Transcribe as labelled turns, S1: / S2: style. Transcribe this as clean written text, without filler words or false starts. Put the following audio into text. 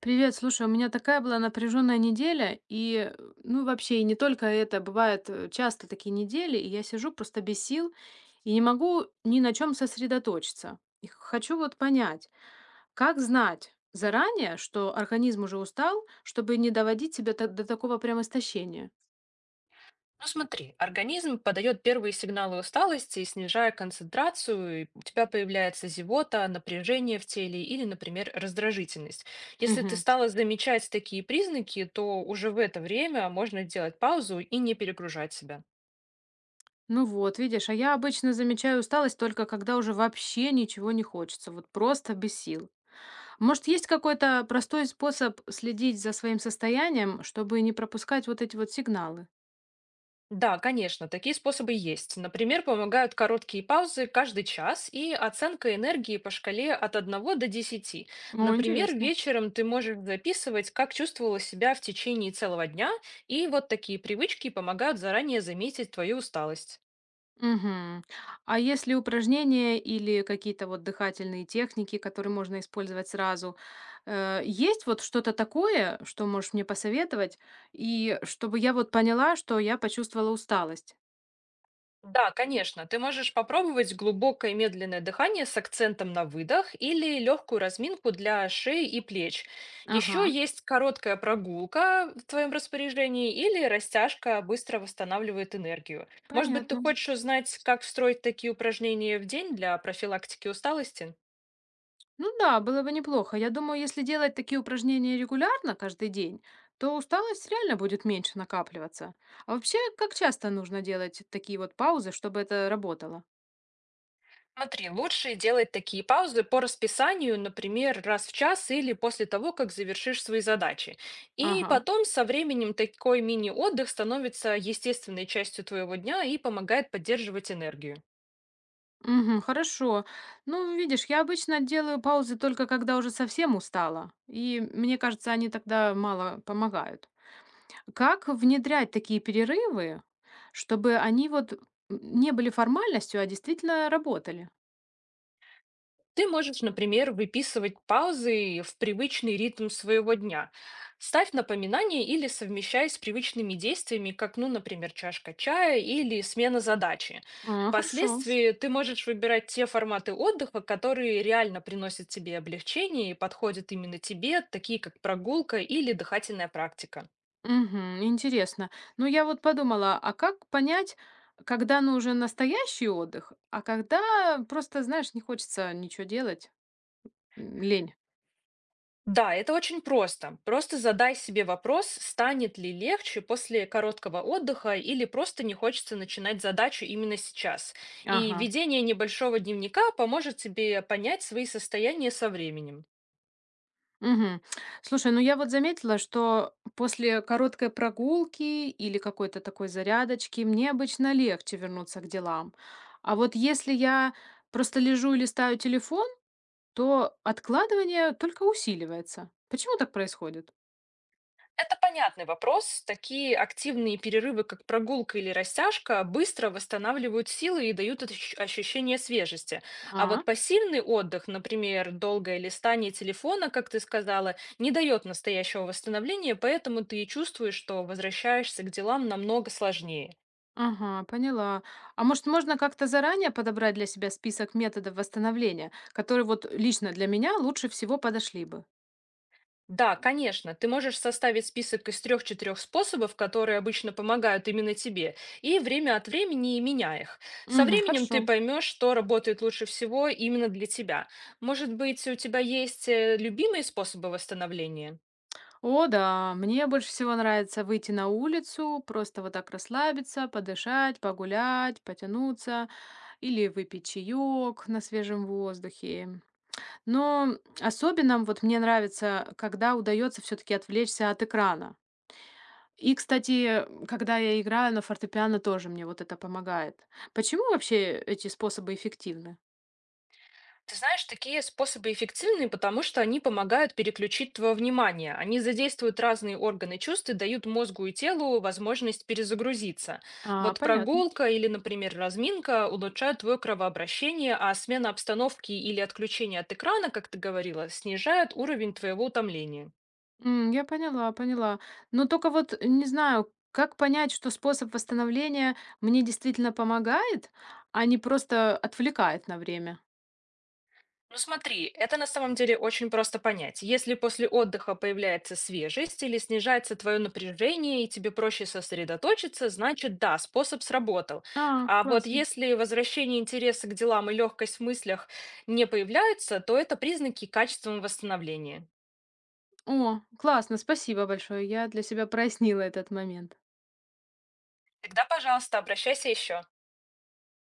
S1: Привет, слушай, у меня такая была напряженная неделя, ну, вообще, и не только это, бывают часто такие недели, и я сижу просто без сил и не могу ни на чем сосредоточиться. И хочу вот понять, как знать заранее, что организм уже устал, чтобы не доводить себя до такого прям истощения.
S2: Ну смотри, организм подает первые сигналы усталости, снижая концентрацию, и у тебя появляется зевота, напряжение в теле или, например, раздражительность. Если ты
S1: Мгм.
S2: стала замечать такие признаки, то уже в это время можно делать паузу и не перегружать себя.
S1: Ну вот, видишь, а я обычно замечаю усталость только когда уже вообще ничего не хочется, вот просто без сил. Может, есть какой-то простой способ следить за своим состоянием, чтобы не пропускать вот эти вот сигналы?
S2: Да, конечно, такие способы есть. Например, помогают короткие паузы каждый час и оценка энергии по шкале от одного до десяти.
S1: О,
S2: Например,
S1: интересно.
S2: вечером ты можешь записывать, как чувствовала себя в течение целого дня, и вот такие привычки помогают заранее заметить твою усталость.
S1: Мгм. А есть ли упражнения или какие-то вот дыхательные техники, которые можно использовать сразу? Есть вот что-то такое, что можешь мне посоветовать, и чтобы я вот поняла, что я почувствовала усталость?
S2: Да, конечно. Ты можешь попробовать глубокое медленное дыхание с акцентом на выдох или легкую разминку для шеи и плеч. Еще
S1: Ага,
S2: есть короткая прогулка в твоем распоряжении или растяжка быстро восстанавливает энергию. Может быть, ты
S1: понятно.
S2: хочешь узнать, как встроить такие упражнения в день для профилактики усталости?
S1: Ну да, было бы неплохо. Я думаю, если делать такие упражнения регулярно каждый день, то усталость реально будет меньше накапливаться. А вообще, как часто нужно делать такие вот паузы, чтобы это работало?
S2: Смотри, лучше делать такие паузы по расписанию, например, раз в час или после того, как завершишь свои задачи. И
S1: Ага.
S2: потом со временем такой мини-отдых становится естественной частью твоего дня и помогает поддерживать энергию.
S1: Угу, хорошо. Ну, видишь, я обычно делаю паузы только когда уже совсем устала, и мне кажется, они тогда мало помогают. Как внедрять такие перерывы, чтобы они не были формальностью, а действительно работали?
S2: Ты можешь, например, выписывать паузы в привычный ритм своего дня. Ставь напоминания или совмещай с привычными действиями, как, ну, например, чашка чая или смена задачи.
S1: А, хорошо.
S2: Впоследствии ты можешь выбирать те форматы отдыха, которые реально приносят тебе облегчение и подходят именно тебе, такие как прогулка или дыхательная практика.
S1: Мгм. Интересно. Ну, я вот подумала, а как понять, когда нужен настоящий отдых, а когда просто, знаешь, не хочется ничего делать, лень.
S2: Да, это очень просто. Просто задай себе вопрос, станет ли легче после короткого отдыха или просто не хочется начинать задачу именно сейчас. И
S1: Ага.
S2: ведение небольшого дневника поможет тебе понять свои состояния со временем.
S1: Мгм. Слушай, ну я вот заметила, что после короткой прогулки или какой-то такой зарядочки мне обычно легче вернуться к делам. А вот если я просто лежу и листаю телефон, то откладывание только усиливается. Почему так происходит?
S2: Это понятный вопрос. Такие активные перерывы, как прогулка или растяжка, быстро восстанавливают силы и дают ощущение свежести. А
S1: А?
S2: вот пассивный отдых, например, долгое листание телефона, как ты сказала, не дает настоящего восстановления, поэтому ты и чувствуешь, что возвращаешься к делам намного сложнее.
S1: Ага, поняла. А может, можно как-то заранее подобрать для себя список методов восстановления, которые вот лично для меня лучше всего подошли бы?
S2: Да, конечно, ты можешь составить список из трех-четырех способов, которые обычно помогают именно тебе, и время от времени меняя их. Со
S1: Угу,
S2: временем ты
S1: хорошо.
S2: поймешь, что работает лучше всего именно для тебя. Может быть, у тебя есть любимые способы восстановления?
S1: О, да, мне больше всего нравится выйти на улицу, просто вот так расслабиться, подышать, погулять, потянуться или выпить чаек на свежем воздухе. Но особенно вот мне нравится, когда удается все-таки отвлечься от экрана. И, кстати, когда я играю на фортепиано, тоже мне вот это помогает. Почему вообще эти способы эффективны?
S2: Ты знаешь, такие способы эффективны, потому что они помогают переключить твое внимание. Они задействуют разные органы чувств и дают мозгу и телу возможность перезагрузиться.
S1: А,
S2: Вот
S1: понятно.
S2: прогулка или, например, разминка улучшают твое кровообращение, а смена обстановки или отключение от экрана, как ты говорила, снижает уровень твоего утомления.
S1: Я поняла, поняла. Но только не знаю, как понять, что способ восстановления мне действительно помогает, а не просто отвлекает на время.
S2: Ну смотри, это на самом деле очень просто понять. Если после отдыха появляется свежесть или снижается твое напряжение и тебе проще сосредоточиться, значит да, способ сработал.
S1: А,
S2: А вот
S1: классно.
S2: если возвращение интереса к делам и легкость в мыслях не появляются, то это признаки качественного восстановления.
S1: О, классно, спасибо большое. Я для себя прояснила этот момент.
S2: Тогда, пожалуйста, обращайся еще.